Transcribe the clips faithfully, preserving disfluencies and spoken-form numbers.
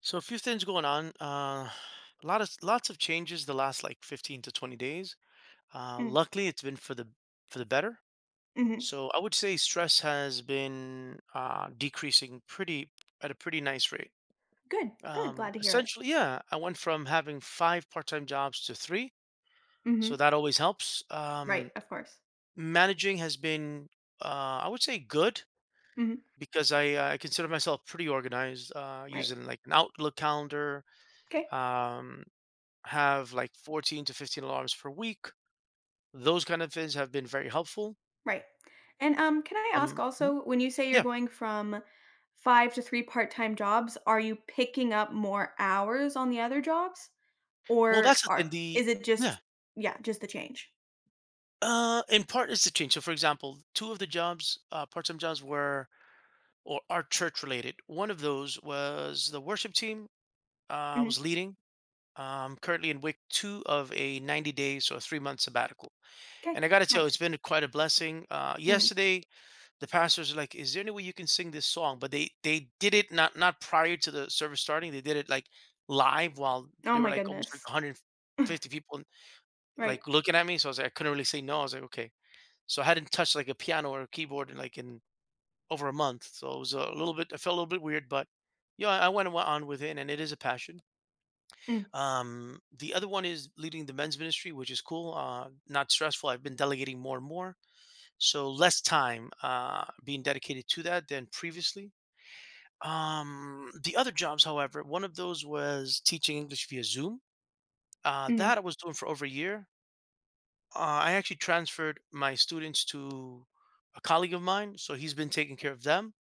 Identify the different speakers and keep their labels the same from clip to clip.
Speaker 1: So a few things going on. Uh, a lot of lots of changes the last like fifteen to twenty days. Uh,
Speaker 2: Mm,
Speaker 1: luckily, it's been for the for the better.
Speaker 2: mhm.
Speaker 1: So I would say stress has been uh, decreasing pretty at a pretty nice rate.
Speaker 2: Good, good,
Speaker 1: Um,
Speaker 2: glad to hear it.
Speaker 1: essentially, yeah, I went from having five part-time jobs to three, so
Speaker 2: Mhm.
Speaker 1: that always helps.
Speaker 2: Right,
Speaker 1: Um,
Speaker 2: of course.
Speaker 1: managing has been, uh, I would say, good
Speaker 2: Mhm.
Speaker 1: because I uh, I consider myself pretty organized, uh,
Speaker 2: Right.
Speaker 1: using like an Outlook calendar.
Speaker 2: Okay.
Speaker 1: Um, have like fourteen to fifteen alarms per week. Those kind of things have been very helpful.
Speaker 2: right. And, um, can I ask
Speaker 1: Um, mhm.
Speaker 2: also, when you say you're
Speaker 1: Yeah.
Speaker 2: going from five to three part-time jobs, are you picking up more hours on the other jobs?
Speaker 1: Well,
Speaker 2: Or
Speaker 1: that's the
Speaker 2: are
Speaker 1: thing. The
Speaker 2: is it
Speaker 1: yeah.
Speaker 2: just, yeah, just the change?
Speaker 1: Uh, in part, it's the change. So, for example, two of the jobs, uh, part-time jobs, were or are church-related. One of those was the worship team. Uh, I was
Speaker 2: Hmm.
Speaker 1: leading. Um, currently in week two of a ninety days or three month sabbatical,
Speaker 2: Okay.
Speaker 1: and I got to tell you, it's
Speaker 2: nice.
Speaker 1: been quite a blessing. Uh,
Speaker 2: Mhm.
Speaker 1: yesterday, the pastors are like, "Is there any way you can sing this song?" But they they did it not not prior to the service starting. They did it like live while
Speaker 2: Oh
Speaker 1: there were
Speaker 2: my
Speaker 1: like almost like
Speaker 2: goodness.
Speaker 1: one hundred fifty people
Speaker 2: Right.
Speaker 1: like looking at me. So I was like, I couldn't really say no. I was like, okay. So I hadn't touched like a piano or a keyboard in like in over a month. So it was a little bit. I felt a little bit weird, but yeah, I I went on with it, and it is a passion.
Speaker 2: Mm,
Speaker 1: Um, the other one is leading the men's ministry, which is cool. Uh, not stressful. I've been delegating more and more, so less time uh, being dedicated to that than previously. Um, the other jobs, however, one of those was teaching English via Zoom. Uh,
Speaker 2: mhm,
Speaker 1: that I was doing for over a year. Uh, I actually transferred my students to a colleague of mine, so he's been taking care of them.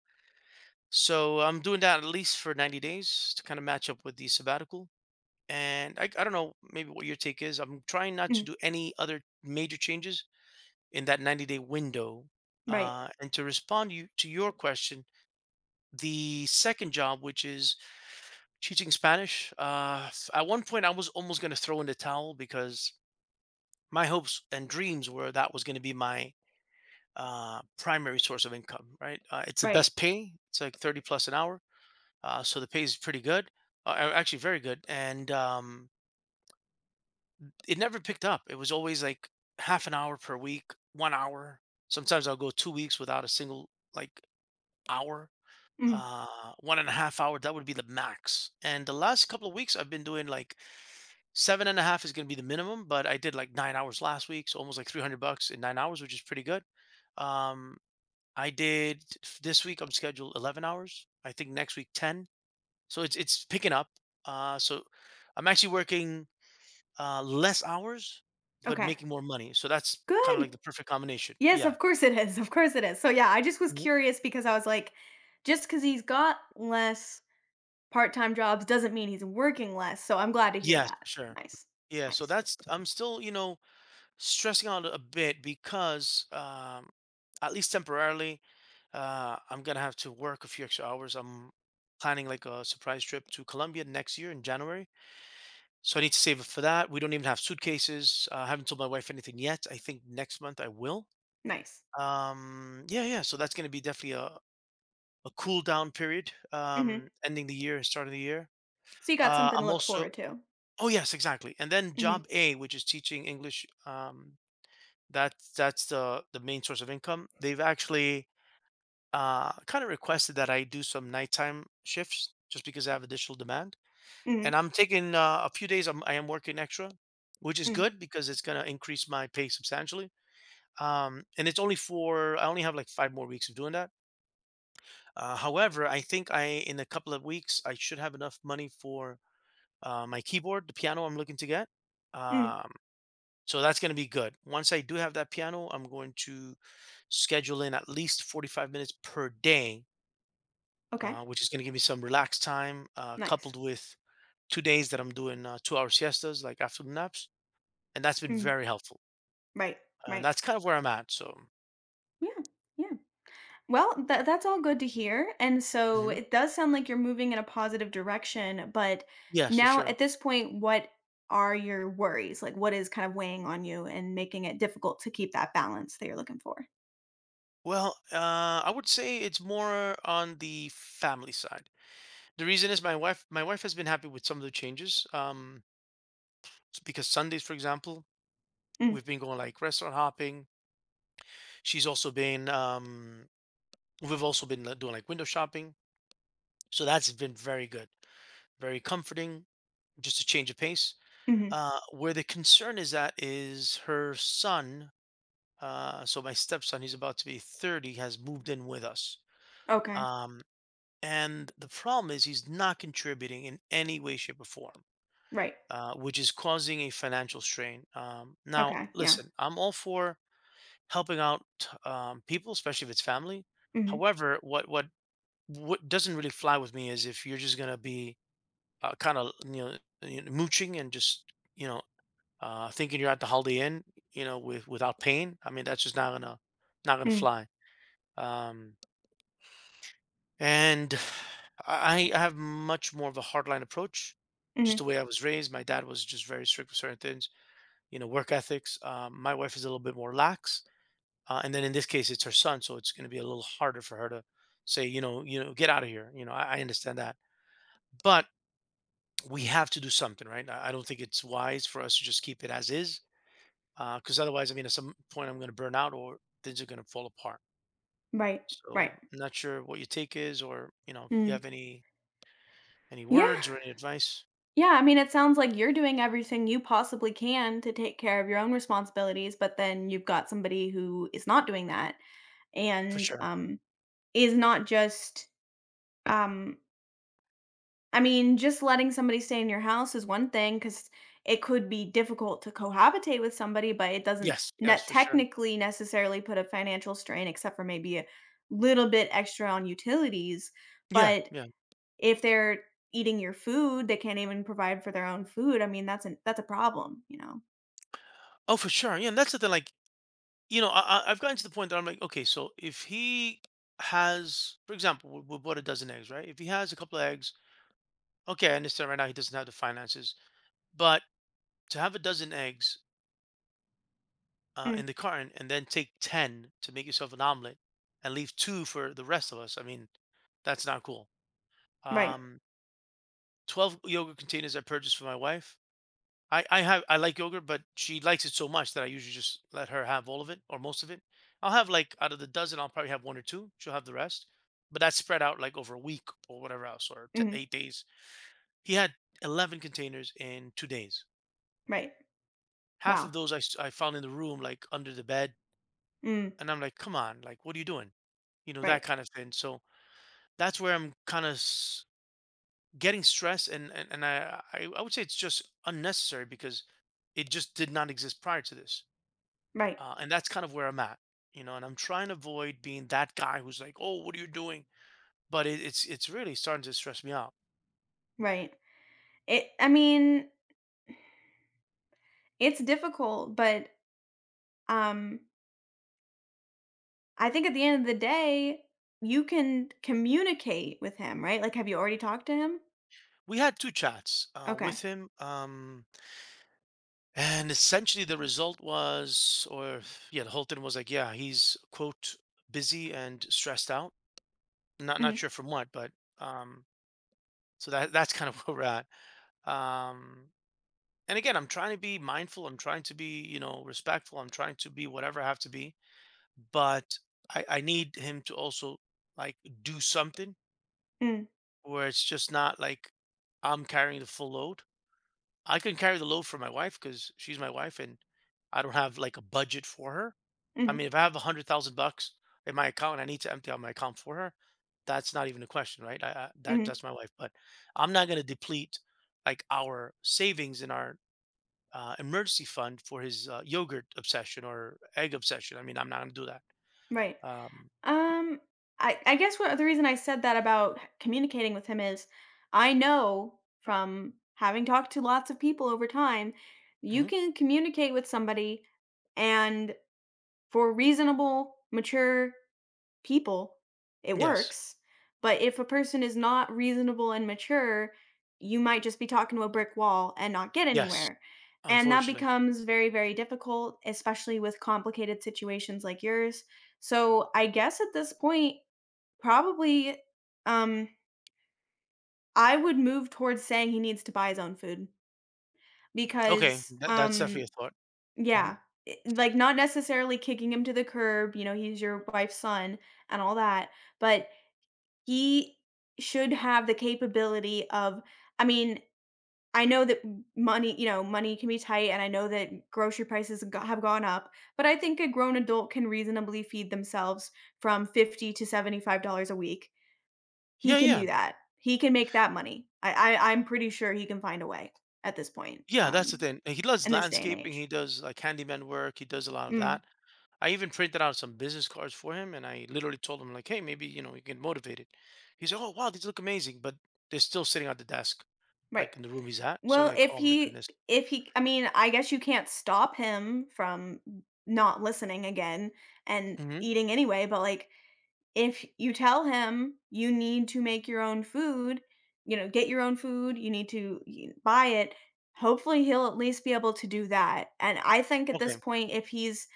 Speaker 1: So I'm doing that at least for ninety days to kind of match up with the sabbatical. And I, I don't know maybe what your take is. I'm trying not to
Speaker 2: mm.
Speaker 1: do any other major changes in that ninety day window.
Speaker 2: Right,
Speaker 1: Uh, and to respond you, to your question, the second job, which is teaching Spanish, uh, at one point, I was almost gonna throw in the towel because my hopes and dreams were that was gonna be my, uh, primary source of income, right? Uh, it's the
Speaker 2: right.
Speaker 1: best pay. It's like thirty plus an hour, uh, so the pay is pretty good, uh, a actually very good, and, um, it never picked up. It was always, like, half an hour per week, one hour. Sometimes I'll go two weeks without a single, like, hour,
Speaker 2: Mm,
Speaker 1: uh, one and a half hour, that would be the max, and the last couple of weeks, I've been doing, like, seven and a half is going to be the minimum, but I did like nine hours last week, so almost like three hundred bucks in nine hours, which is pretty good. Um, I did f- this week, I'm scheduled eleven hours. I think next week ten. So it's it's picking up. Uh, so I'm actually working uh, less hours, but
Speaker 2: okay.
Speaker 1: making more money. So that's kind of
Speaker 2: Good!
Speaker 1: like the perfect combination.
Speaker 2: Yes,
Speaker 1: Yeah.
Speaker 2: of course it is, of course it is. So, yeah, I just was
Speaker 1: Mhm.
Speaker 2: curious because I was like, just because 'cause he's got less part-time jobs doesn't mean he's working less, so I'm glad to hear
Speaker 1: Yes,
Speaker 2: that.
Speaker 1: for sure.
Speaker 2: Nice,
Speaker 1: Yeah. So
Speaker 2: nice,
Speaker 1: that's, I'm still, you know, stressing out a bit because um, at least temporarily, uh, I'm gonna have to work a few extra hours. I'm planning like a surprise trip to Colombia next year in January, so I need to save up for that. We don't even have suitcases. uh, I haven't told my wife anything yet. I think next month I will.
Speaker 2: nice.
Speaker 1: Um, yeah, yeah, so that's gonna be definitely a, a cool down period,
Speaker 2: Mhm.
Speaker 1: um, ending the year and starting the year.
Speaker 2: So you got
Speaker 1: Uh,
Speaker 2: something to
Speaker 1: I'm
Speaker 2: look
Speaker 1: also
Speaker 2: forward to.
Speaker 1: Oh yes, exactly. And then
Speaker 2: Mhm,
Speaker 1: job A, which is teaching English, um, that's that's the the main source of income. They've actually uh, kind of requested that I do some nighttime shifts just because I have additional demand. And
Speaker 2: mhm,
Speaker 1: I'm taking uh, a few days. I'm, I am working extra, which is
Speaker 2: mm,
Speaker 1: good because it's going to increase my pay substantially. Um, and it's only for, I only have like five more weeks of doing that. Uh, however, I think I in a couple of weeks I should have enough money for uh, my keyboard, the piano I'm looking to get.
Speaker 2: mm.
Speaker 1: Um, So that's going to be good. Once I do have that piano, I'm going to schedule in at least forty-five minutes per day,
Speaker 2: Okay,
Speaker 1: uh, which is going to give me some relaxed time, uh,
Speaker 2: nice.
Speaker 1: coupled with two days that I'm doing uh, two hour siestas, like afternoon naps. And that's been
Speaker 2: Mm,
Speaker 1: very helpful.
Speaker 2: right,
Speaker 1: And
Speaker 2: right.
Speaker 1: that's kind of where I'm at. So,
Speaker 2: Yeah, yeah. Well, tha that's all good to hear, and so
Speaker 1: mhm,
Speaker 2: it does sound like you're moving in a positive direction, but
Speaker 1: yes, for
Speaker 2: now
Speaker 1: sure.
Speaker 2: at this point, what are your worries? Like, what is kind of weighing on you and making it difficult to keep that balance that you're looking for?
Speaker 1: Well, uh, I would say it's more on the family side. The reason is my wife. My wife has been happy with some of the changes. Um, s- because Sundays, for example,
Speaker 2: Mm,
Speaker 1: we've been going like restaurant hopping. She's also been um We've also been uh, doing like window shopping. So that's been very good. Very comforting, just a change of pace.
Speaker 2: mhm,
Speaker 1: Uh where the concern is at is her son. Uh so my stepson, he's about to be thirty, has moved in with us.
Speaker 2: okay,
Speaker 1: Um and the problem is he's not contributing in any way, shape, or form,
Speaker 2: right,
Speaker 1: uh, which is causing a financial strain. Um, now,
Speaker 2: okay, yeah,
Speaker 1: listen, I'm all for helping out um, people, especially if it's family.
Speaker 2: mhm,
Speaker 1: However, what what what doesn't really fly with me is if you're just gonna be uh, kind of, you know, you know, mooching and just, you know, uh, thinking you're at the Holiday Inn, you know, with without pain. I mean, that's just not gonna not gonna
Speaker 2: mm,
Speaker 1: fly. Um, and I, I have much more of a hardline approach, just
Speaker 2: mhm,
Speaker 1: the way I was raised. My dad was just very strict with certain things, you know, work ethics. Um, my wife is a little bit more lax, uh, and then in this case, it's her son, so it's gonna be a little harder for her to say, you know, you know, get out of here. You know, I, I understand that, but we have to do something, right? I I don't think it's wise for us to just keep it as is, because otherwise, I mean, at some point, I'm going to burn out or things are going to fall apart.
Speaker 2: right, right,
Speaker 1: So, I'm not sure what your take is, or you know, you
Speaker 2: mm.
Speaker 1: have any any
Speaker 2: Yeah,
Speaker 1: words or any advice
Speaker 2: yeah, I mean, it sounds like you're doing everything you possibly can to take care of your own responsibilities, but then you've got somebody who is not doing that,
Speaker 1: for
Speaker 2: and,
Speaker 1: sure.
Speaker 2: um is not just, um I mean, just letting somebody stay in your house is one thing because it could be difficult to cohabitate with somebody, but it doesn't
Speaker 1: Yes, yes,
Speaker 2: net
Speaker 1: for sure.
Speaker 2: technically necessarily put a financial strain except for maybe a little bit extra on utilities.
Speaker 1: Yeah,
Speaker 2: But
Speaker 1: yeah.
Speaker 2: if they're eating your food, they can't even provide for their own food. I mean, that's an that's a problem, you know?
Speaker 1: Oh, for sure. Yeah, and that's the thing. Like, you know, I, I- I've gotten to the point that I'm like, okay, so if he has, for example, we, we bought a dozen eggs, right? If he has a couple of eggs, okay, I understand right now he doesn't have the finances, but to have a dozen eggs uh,
Speaker 2: Mm,
Speaker 1: in the carton and then take ten to make yourself an omelet and leave two for the rest of us. I mean, that's not cool.
Speaker 2: right.
Speaker 1: Um, twelve yogurt containers I purchased for my wife. I, I have I like yogurt, but she likes it so much that I usually just let her have all of it or most of it. I'll have like out of the dozen, I'll probably have one or two. She'll have the rest, but that's spread out like over a week or whatever else, or t-
Speaker 2: Mhm.
Speaker 1: eight days. He had eleven containers in two days.
Speaker 2: Right.
Speaker 1: Half
Speaker 2: Wow.
Speaker 1: of those I, s- I found in the room, like under the bed.
Speaker 2: Mm,
Speaker 1: And I'm like, "Come on, like, what are you doing?" You know,
Speaker 2: right.
Speaker 1: that kind of thing. So that's where I'm kind of s- getting stressed, and and and I, I I would say it's just unnecessary because it just did not exist prior to this,
Speaker 2: Right.
Speaker 1: uh, and that's kind of where I'm at, you know. And I'm trying to avoid being that guy who's like, "Oh, what are you doing?" But it, it's it's really starting to stress me out.
Speaker 2: Right. It I mean, it's difficult, but Um, I think at the end of the day, you can communicate with him, right? Like, have you already talked to him?
Speaker 1: We had two chats uh,
Speaker 2: Okay.
Speaker 1: with him, um, and essentially the result was, or yeah, the whole thing was like, yeah, he's quote busy and stressed out. Not not
Speaker 2: Mhm,
Speaker 1: sure from what, but um, so that that's kind of where we're at. Um, and again, I'm trying to be mindful. I'm trying to be, you know, respectful. I'm trying to be whatever I have to be, but I, I need him to also like do something
Speaker 2: mhm,
Speaker 1: where it's just not like I'm carrying the full load. I can carry the load for my wife because she's my wife and I don't have like a budget for her. I
Speaker 2: mhm,
Speaker 1: mean, if I have a hundred thousand bucks in my account and I need to empty out my account for her, that's not even a question, right? I, I, that
Speaker 2: mhm,
Speaker 1: that's my wife, but I'm not going to deplete like our savings in our uh, emergency fund for his uh, yogurt obsession or egg obsession. I mean, I'm not going to do that.
Speaker 2: right.
Speaker 1: Um,
Speaker 2: Um, I I guess what the reason I said that about h- communicating with him is I know from having talked to lots of people over time, you
Speaker 1: mhm.
Speaker 2: can communicate with somebody and for reasonable, mature people, it
Speaker 1: Yes,
Speaker 2: works. But if a person is not reasonable and mature, you might just be talking to a brick wall and not get
Speaker 1: yes,
Speaker 2: anywhere. And that
Speaker 1: unfortunately.
Speaker 2: becomes very, very difficult, especially with complicated situations like yours. So I guess at this point, probably um I would move towards saying he needs to buy his own food
Speaker 1: Okay,
Speaker 2: because
Speaker 1: that, that's
Speaker 2: um
Speaker 1: definitely a thought. Hmm.
Speaker 2: yeah, it- like not necessarily kicking him to the curb, you know, he's your wife's son and all that, but He should have the capability of I mean, I know that m money you know, money can be tight, and I know that grocery prices go have gone up, but I think a grown adult can reasonably feed themselves from fifty to seventy-five dollars a week. He
Speaker 1: Yeah,
Speaker 2: can
Speaker 1: yeah.
Speaker 2: do that. He can make that money. I I I'm pretty sure he can find a way at this point,
Speaker 1: Yeah, that's the
Speaker 2: um,
Speaker 1: thing. He does
Speaker 2: in this day and
Speaker 1: landscaping.
Speaker 2: age.
Speaker 1: He does like handyman work. He does a lot of
Speaker 2: Mm,
Speaker 1: that. I even printed out some business cards for him, and I literally told him like, "Hey, maybe you know you get motivated." He's like, "Oh wow, these look amazing," but they're still sitting at the desk,
Speaker 2: right.
Speaker 1: like in the room he's at. So I'm
Speaker 2: Well,
Speaker 1: like,
Speaker 2: if
Speaker 1: "Oh my
Speaker 2: he
Speaker 1: goodness."
Speaker 2: if he I mean, I guess you can't stop him from not listening again and
Speaker 1: Hmm.
Speaker 2: eating anyway, but, like, if you tell him you need to make your own food, you know, get your own food, you need to y buy it, hopefully he'll at least be able to do that, and I think at this
Speaker 1: Okay.
Speaker 2: point, if he's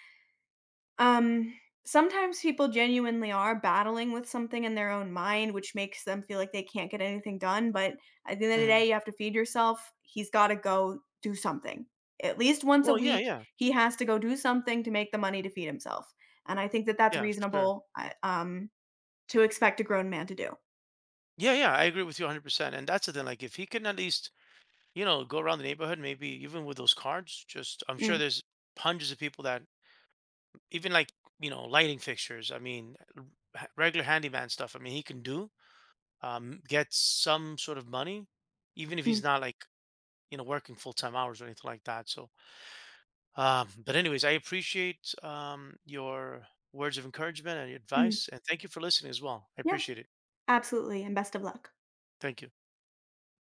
Speaker 2: um, sometimes people genuinely are battling with something in their own mind, which makes them feel like they can't get anything done. But at the end of the
Speaker 1: Hmm.
Speaker 2: day, you have to feed yourself. He's got to go do something. At least once a
Speaker 1: Well, yeah,
Speaker 2: week,
Speaker 1: yeah,
Speaker 2: he has to go do something to make the money to feed himself. And I think that that's
Speaker 1: yeah, for sure.
Speaker 2: reasonable uh, um, to expect a grown man to do.
Speaker 1: Yeah, yeah, I agree with you one hundred percent. And that's the thing. Like, if he can at least, you know, go around the neighborhood, maybe even with those cards, just I'm sure
Speaker 2: Mm,
Speaker 1: there's hundreds of people that even like, you know, lighting fixtures. I mean, r- ha- regular handyman stuff, I mean he can do. Um get some sort of money, even if he's
Speaker 2: mm,
Speaker 1: not like, you know, working full-time hours or anything like that. So um but anyways, I appreciate, um your words of encouragement and your
Speaker 2: mm.
Speaker 1: advice, and thank you for listening as well. I
Speaker 2: Yeah,
Speaker 1: appreciate it.
Speaker 2: absolutely. And best of luck.
Speaker 1: Thank you.